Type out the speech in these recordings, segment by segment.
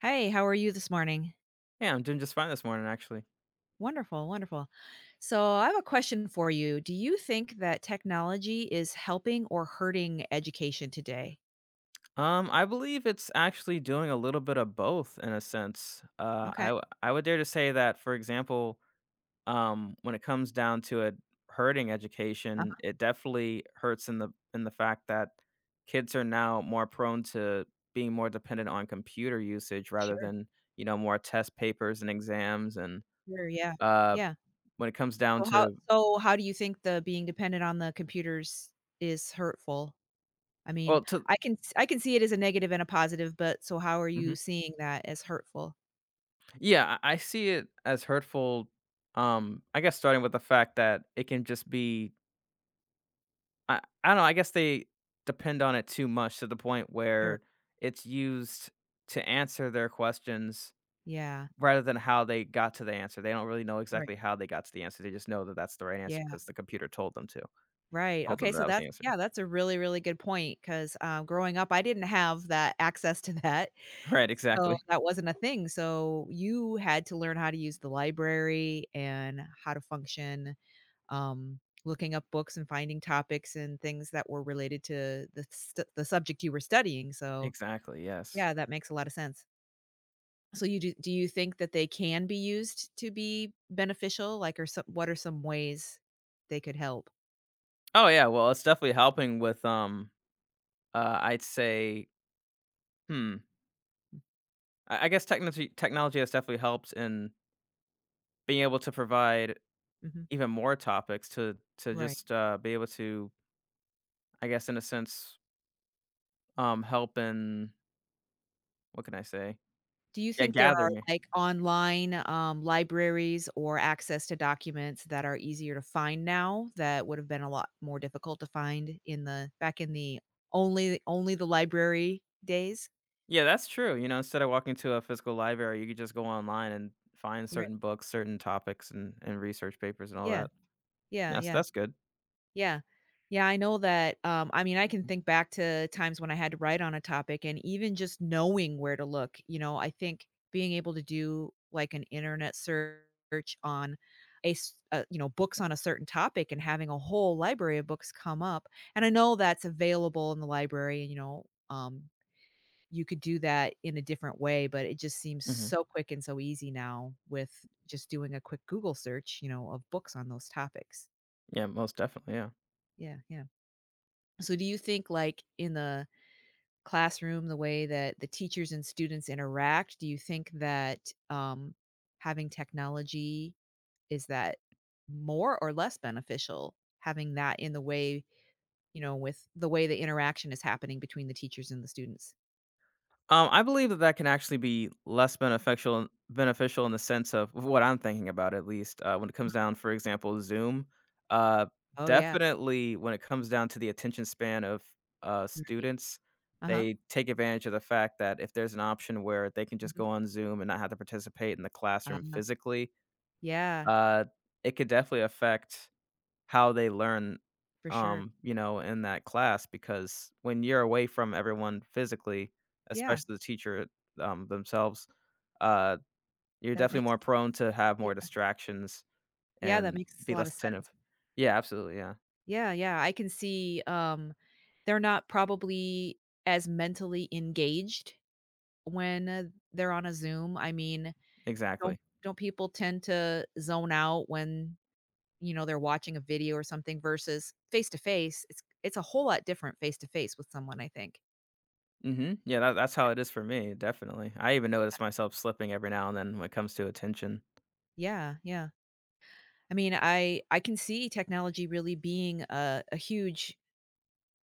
Hey, how are you this morning? Yeah, I'm doing just fine this morning, actually. Wonderful, wonderful. So, I have a question for you. Do you think that technology is helping or hurting education today? I believe it's actually doing a little bit of both in a sense. Okay. I would dare to say that, for example, when it comes down to a hurting education, Uh-huh. it definitely hurts in the fact that kids are now more prone to being more dependent on computer usage rather Sure. than more test papers and exams. And Sure. Yeah. uh, Yeah. when it comes down So how to how do you think the being dependent on the computers is hurtful? I mean, well, to I can see it as a negative and a positive, but so how are you mhm. seeing that as hurtful? I see it as hurtful, I guess starting with the fact that it can just be I don't know, I guess they depend on it too much to the point Sure. where it's used to answer their questions Yeah. rather than how they got to the answer. They don't really know Right. exactly how they got to the answer. They just know that that's the right answer Yeah. because the computer told them to. Right. Told Okay. them that So that was the that's answer. yeah, that's a really, really good point because growing up, I didn't have that access to that, Right, so exactly. that wasn't a thing. So you had to learn how to use the library and how to function, um, looking up books and finding topics and things that were related to the subject you were studying. So Exactly, yes. yeah, that makes a lot of sense. So do you think that they can be used to be beneficial? Like, or some, what are some ways they could help? Oh, yeah, well, it's definitely helping with, I'd say, hmm, Mm. I guess technology has definitely helped in being able to provide Mhm, even more topics to right. just, be able to, I guess, in a sense, help in what can I say? Do you Yeah, think there are, gathering it. like, online, libraries or access to documents that are easier to find now that would have been a lot more difficult to find in the back in the only the library days? Yeah, that's true, you know, instead of walking to a physical library, you could just go online and find Right. certain books, certain topics, and research papers and all Yeah, that. yeah, That's yeah. that's good. Yeah. Yeah, I know that, I mean, I can think back to times when I had to write on a topic and even just knowing where to look, you know, I think being able to do like an internet search on you know, books on a certain topic and having a whole library of books come up. And I know that's available in the library, and you know, you could do that in a different way, but it just seems Mhm. so quick and so easy now with just doing a quick Google search, you know, of books on those topics. Yeah, most definitely, yeah. Yeah, yeah. So do you think like in the classroom, the way that the teachers and students interact, do you think that um, having technology is that more or less beneficial having that in the way, you know, with the way the interaction is happening between the teachers and the students? I believe that that can actually be less beneficial in the sense of what I'm thinking about at least, when it comes down, for example, Zoom. Uh, Oh yeah. Definitely when it comes down to the attention span of, Right. students, Uh-huh. they take advantage of the fact that if there's an option where they can just Mhm. go on Zoom and not have to participate in the classroom Uh, physically, yeah, uh, it could definitely affect how they learn, for sure. You know, in that class because when you're away from everyone physically, Yeah, especially the teacher, themselves, uh, you're that definitely makes more prone to have yeah, more distractions yeah, that and makes a be lot less of attentive. sense. Yeah, absolutely, yeah, Yeah, yeah, I can see, they're not probably as mentally engaged when, they're on a Zoom, I mean, exactly. don't people tend to zone out when, you know, they're watching a video or something versus face to face? It's a whole lot different face to face with someone, I think. Mhm, yeah, that that's how it is for me, definitely. I even notice myself slipping every now and then when it comes to attention. Yeah, yeah. I mean, I can see technology really being a huge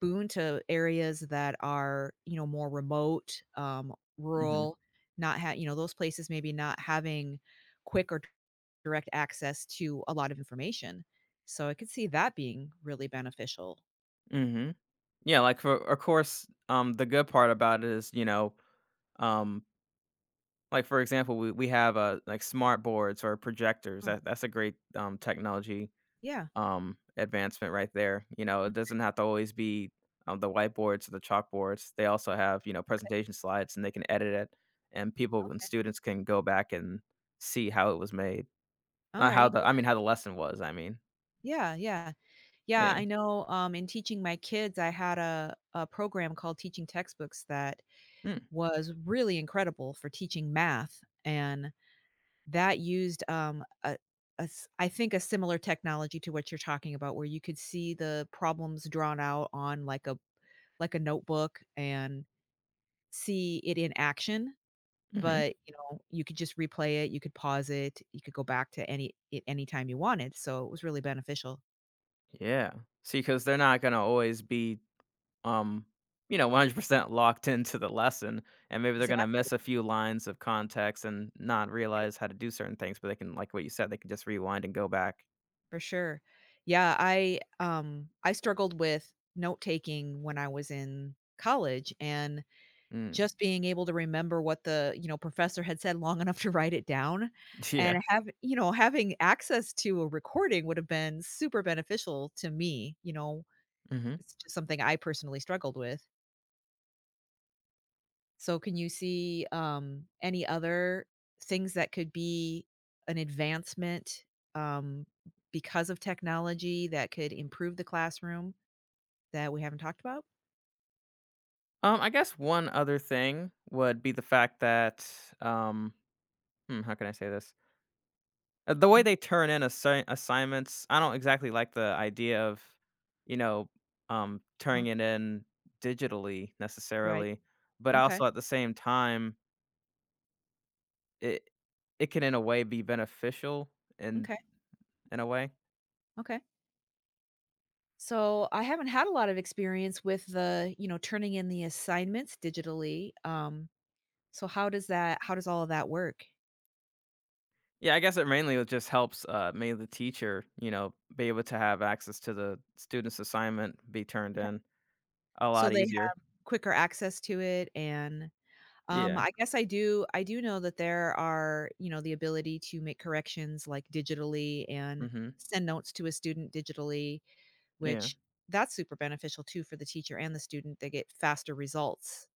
boon to areas that are, you know, more remote, Mhm, rural, not ha you know, those places maybe not having quick or direct access to a lot of information. So I could see that being really beneficial. mhm. Yeah, like, for of course, the good part about it is, you know, um like, for example, we have, like, smart boards or projectors. Oh, That's a great, technology, yeah. Advancement right there. You know, it doesn't have to always be, the whiteboards or the chalkboards. They also have, you know, Okay, presentation slides, and they can edit it, and people and okay. students can go back and see how it was made. All Not how right. the Yeah, I mean, how the lesson was, I mean. yeah, yeah. Yeah, Yeah. I know, in teaching my kids, I had a program called Teaching Textbooks that Mm, was really incredible for teaching math and that used, a s I think a similar technology to what you're talking about where you could see the problems drawn out on like a notebook and see it in action, mhm. but, you know, you could just replay it, you could pause it, you could go back to any time you wanted, so it was really beneficial. Yeah. See, 'cause they're not gonna always be um, you know, 100% locked into the lesson, and maybe they're gonna Exactly, miss a few lines of context and not realize how to do certain things, but they can, like what you said, they can just rewind and go back. for sure. Yeah, I struggled with note taking when I was in college and Mm. just being able to remember what the, you know, professor had said long enough to write it down Yeah. and have you know, having access to a recording would have been super beneficial to me, you know, Mhm. it's just something I personally struggled with. So can you see, any other things that could be an advancement, um, because of technology that could improve the classroom that we haven't talked about? I guess one other thing would be the fact that, um, how can I say this? The way Mm, they turn in assignments, I don't exactly like the idea of, you know, uh-huh, turning it in digitally right. necessarily, but Okay, also at the same time, it can in a way be beneficial in okay, a way. okay. So I haven't had a lot of experience with the, you know, turning in the assignments digitally. So how does all of that work? Yeah, I guess it just helps mainly the teacher, you know, be able to have access to the student's assignment be turned Okay. in a So lot they easier. have quicker access to it and Yeah. I guess I do know that there are, you know, the ability to make corrections like digitally and Mhm. send notes to a student digitally, Yeah. which that's super beneficial too for the teacher and the student. They get faster results,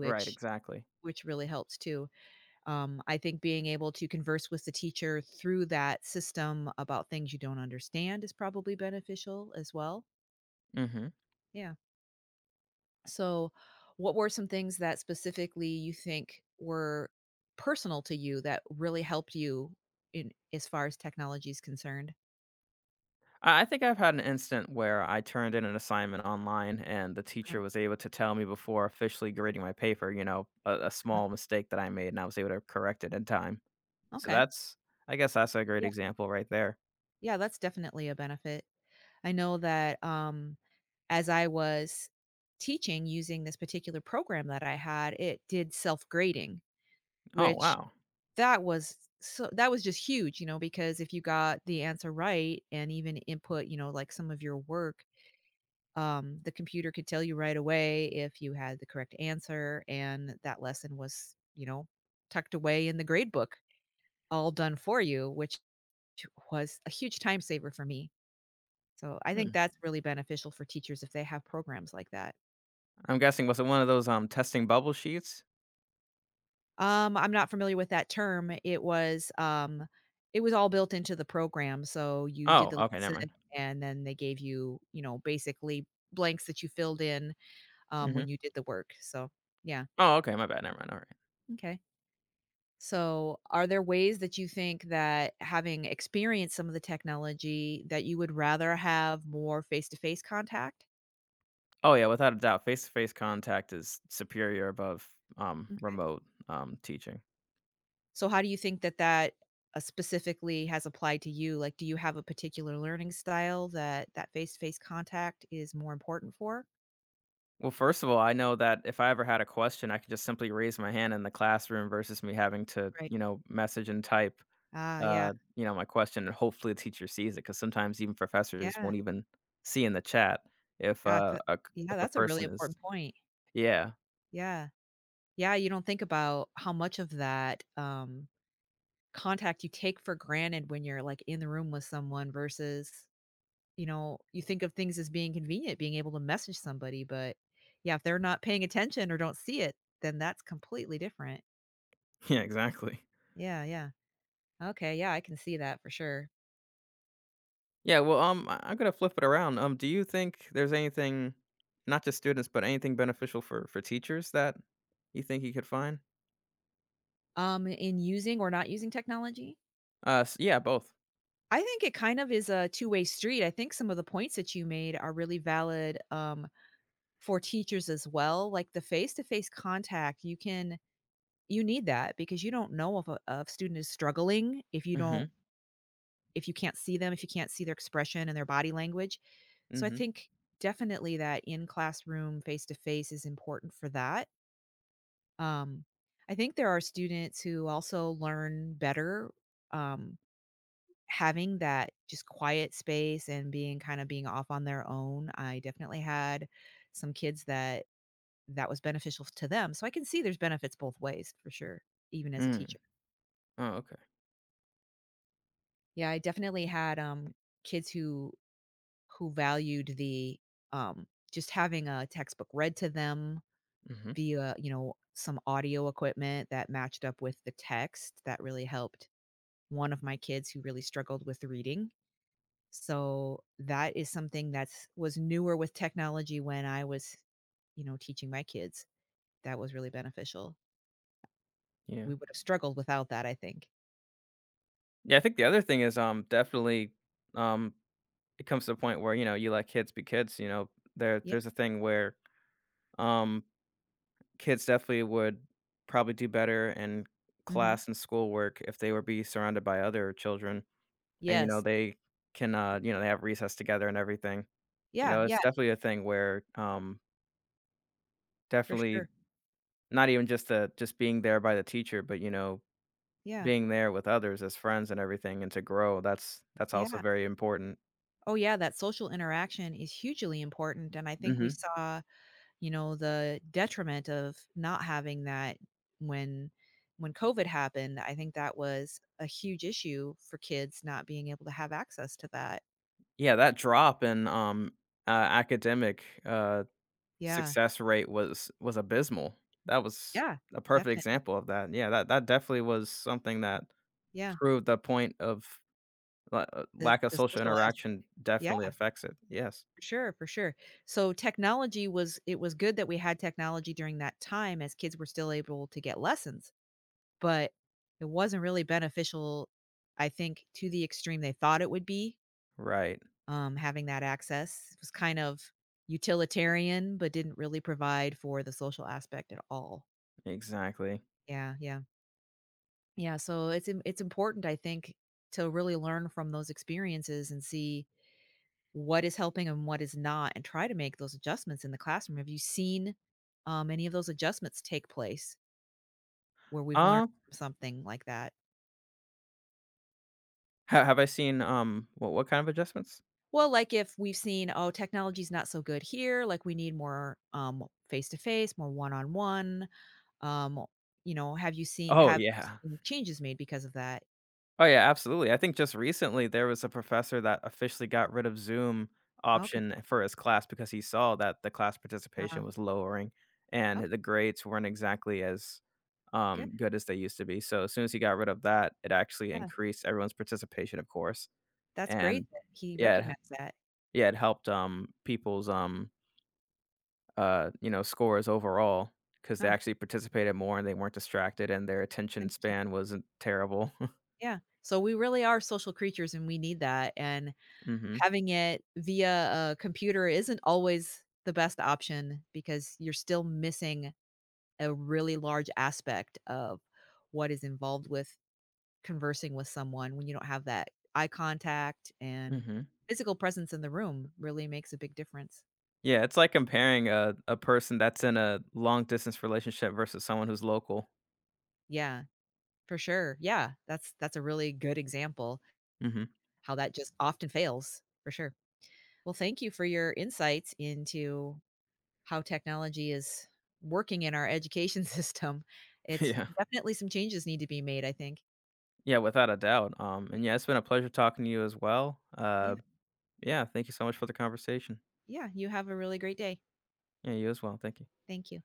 Right, exactly. which really helps too. I think being able to converse with the teacher through that system about things you don't understand is probably beneficial as well. Mhm. Yeah. So, what were some things that specifically you think were personal to you that really helped you in as far as technology is concerned? I think I've had an instant where I turned in an assignment online and the teacher was able to tell me before officially grading my paper, you know, a Uh-huh. small mistake that I made and I was able to correct it in time. So Okay. that's I guess that's a great Yeah. example right there. Yeah, that's definitely a benefit. I know that as I was teaching using this particular program that I had, it did self-grading, Oh, which wow. that was that was just huge, you know, because if you got the answer right and even input, you know, like some of your work, the computer could tell you right away if you had the correct answer and that lesson was, you know, tucked away in the grade book, all done for you, which was a huge time saver for me. So I Hmm, think that's really beneficial for teachers if they have programs like that. I'm guessing was it one of those, testing bubble sheets? I'm not familiar with that term. It was all built into the program, so you did Oh, the okay, lesson, never mind. and then they gave you, you know, basically blanks that you filled in, when Mhm. you did the work, so yeah, Oh, okay, my bad, never mind, alright. okay. So, are there ways that you think that having experienced some of the technology that you would rather have more face-to-face contact? Oh, yeah, without a doubt, face-to-face contact is superior above, Okay. remote, teaching. So how do you think that that, specifically has applied to you? Like, do you have a particular learning style that that face-to-face contact is more important for? Well, first of all, I know that if I ever had a question, I could just simply raise my hand in the classroom versus me having to, Right. you know, message and type, Ah, yeah. You know, my question, and hopefully the teacher sees it because sometimes even professors Yeah. won't even see in the chat if, Gosh, uh, that a c yeah, if a that's a really person is important point. yeah. Yeah. Yeah, you don't think about how much of that, contact you take for granted when you're, like, in the room with someone versus, you know, you think of things as being convenient, being able to message somebody, but yeah, if they're not paying attention or don't see it, then that's completely different. Yeah, exactly. Yeah, yeah. Okay, yeah, I can see that for sure. Yeah, well, I'm gonna flip it around. Do you think there's anything, not just students, but anything beneficial for teachers that you think you could find? In using or not using technology, Yeah, both. I think it kind of is a two-way street. I think some of the points that you made are really valid for teachers as well. Like the face-to-face contact, you need that because you don't know if a student is struggling if you Mm-hmm. don't if you can't see them if you can't see their expression and their body language. So I Mm-hmm. think definitely that in classroom face to face is important for that. Um, I think there are students who also learn better um, having that just quiet space and being kind of being off on their own. I definitely had some kids that that was beneficial to them. So I can see there's benefits both ways for sure, even as a Mm. teacher. Oh, okay. Yeah, I definitely had kids who valued the just having a textbook read to them Mm-hmm. via you know some audio equipment that matched up with the text that really helped one of my kids who really struggled with reading. So that is something that's was newer with technology when I was, you know, teaching my kids. That was really beneficial. Yeah. We would have struggled without that, I think. Yeah, I think the other thing is, definitely, um, it comes to a point where you know you let kids be kids. You know, there Yeah. there's a thing where um kids definitely would probably do better in Mhm. class and schoolwork if they were be surrounded by other children. And, you know, Yes. they can, you know, they have recess together and everything. You Yeah, know, yeah, it's definitely a thing where, for definitely sure. not even just the just being there by the teacher, but, you know, Yeah. being there with others as friends and everything and to grow, that's also Yeah. very important. Oh yeah, that social interaction is hugely important and I think we Mhm. saw you know the detriment of not having that when when covid happened I think that was a huge issue for kids not being able to have access to that Yeah, that drop in, academic, yeah success rate was abysmal. That was yeah a perfect definitely example of that. Yeah, that that definitely was something that yeah proved the point of La the lack of social social aspect interaction yeah definitely affects it. Yes. For sure so technology was it was good that we had technology during that time as kids were still able to get lessons but it wasn't really beneficial I think to the extreme they thought it would be Right. Having that access was kind of utilitarian, but didn't really provide for the social aspect at all. Exactly. Yeah, yeah, yeah. So it's important, I think, to really learn from those experiences and see what is helping and what is not, and try to make those adjustments in the classroom. Have you seen any of those adjustments take place where we've learned Um, something like that? ha have I seen, what kind of adjustments? Well, like if we've seen, oh, technology's not so good here, like we need more face to face, more one on one. Um, you know, Oh, have yeah. seen changes made because of that? Oh, yeah, absolutely. I think just recently there was a professor that officially got rid of Zoom Okay. option for his class because he saw that the class Uh participation was lowering and okay, the grades weren't exactly as, good. Good as they used to be. So as soon as he got rid of that, it actually Yeah. increased everyone's participation, of course, That's and great that he yeah, recognized that. yeah, it helped, you know, scores overall because they Huh. actually participated more and they weren't distracted and their attention Interesting. span wasn't terrible. Yeah. So we really are social creatures and we need that. And Mhm, having it via a computer isn't always the best option because you're still missing a really large aspect of what is involved with conversing with someone when you don't have that eye contact and mhm. physical presence in the room really makes a big difference. Yeah, it's like comparing a person that's in a long distance relationship versus someone who's local. Yeah, for sure. Yeah, that's a really good example Mhm. how that just often fails, for sure. Well, thank you for your insights into how technology is working in our education system. It's Yeah. definitely some changes need to be made, I think. Yeah, without a doubt, and yeah, it's been a pleasure talking to you as well. Yeah. Yeah, thank you so much for the conversation. Yeah, you have a really great day. Yeah, you as well. Thank you. Thank you.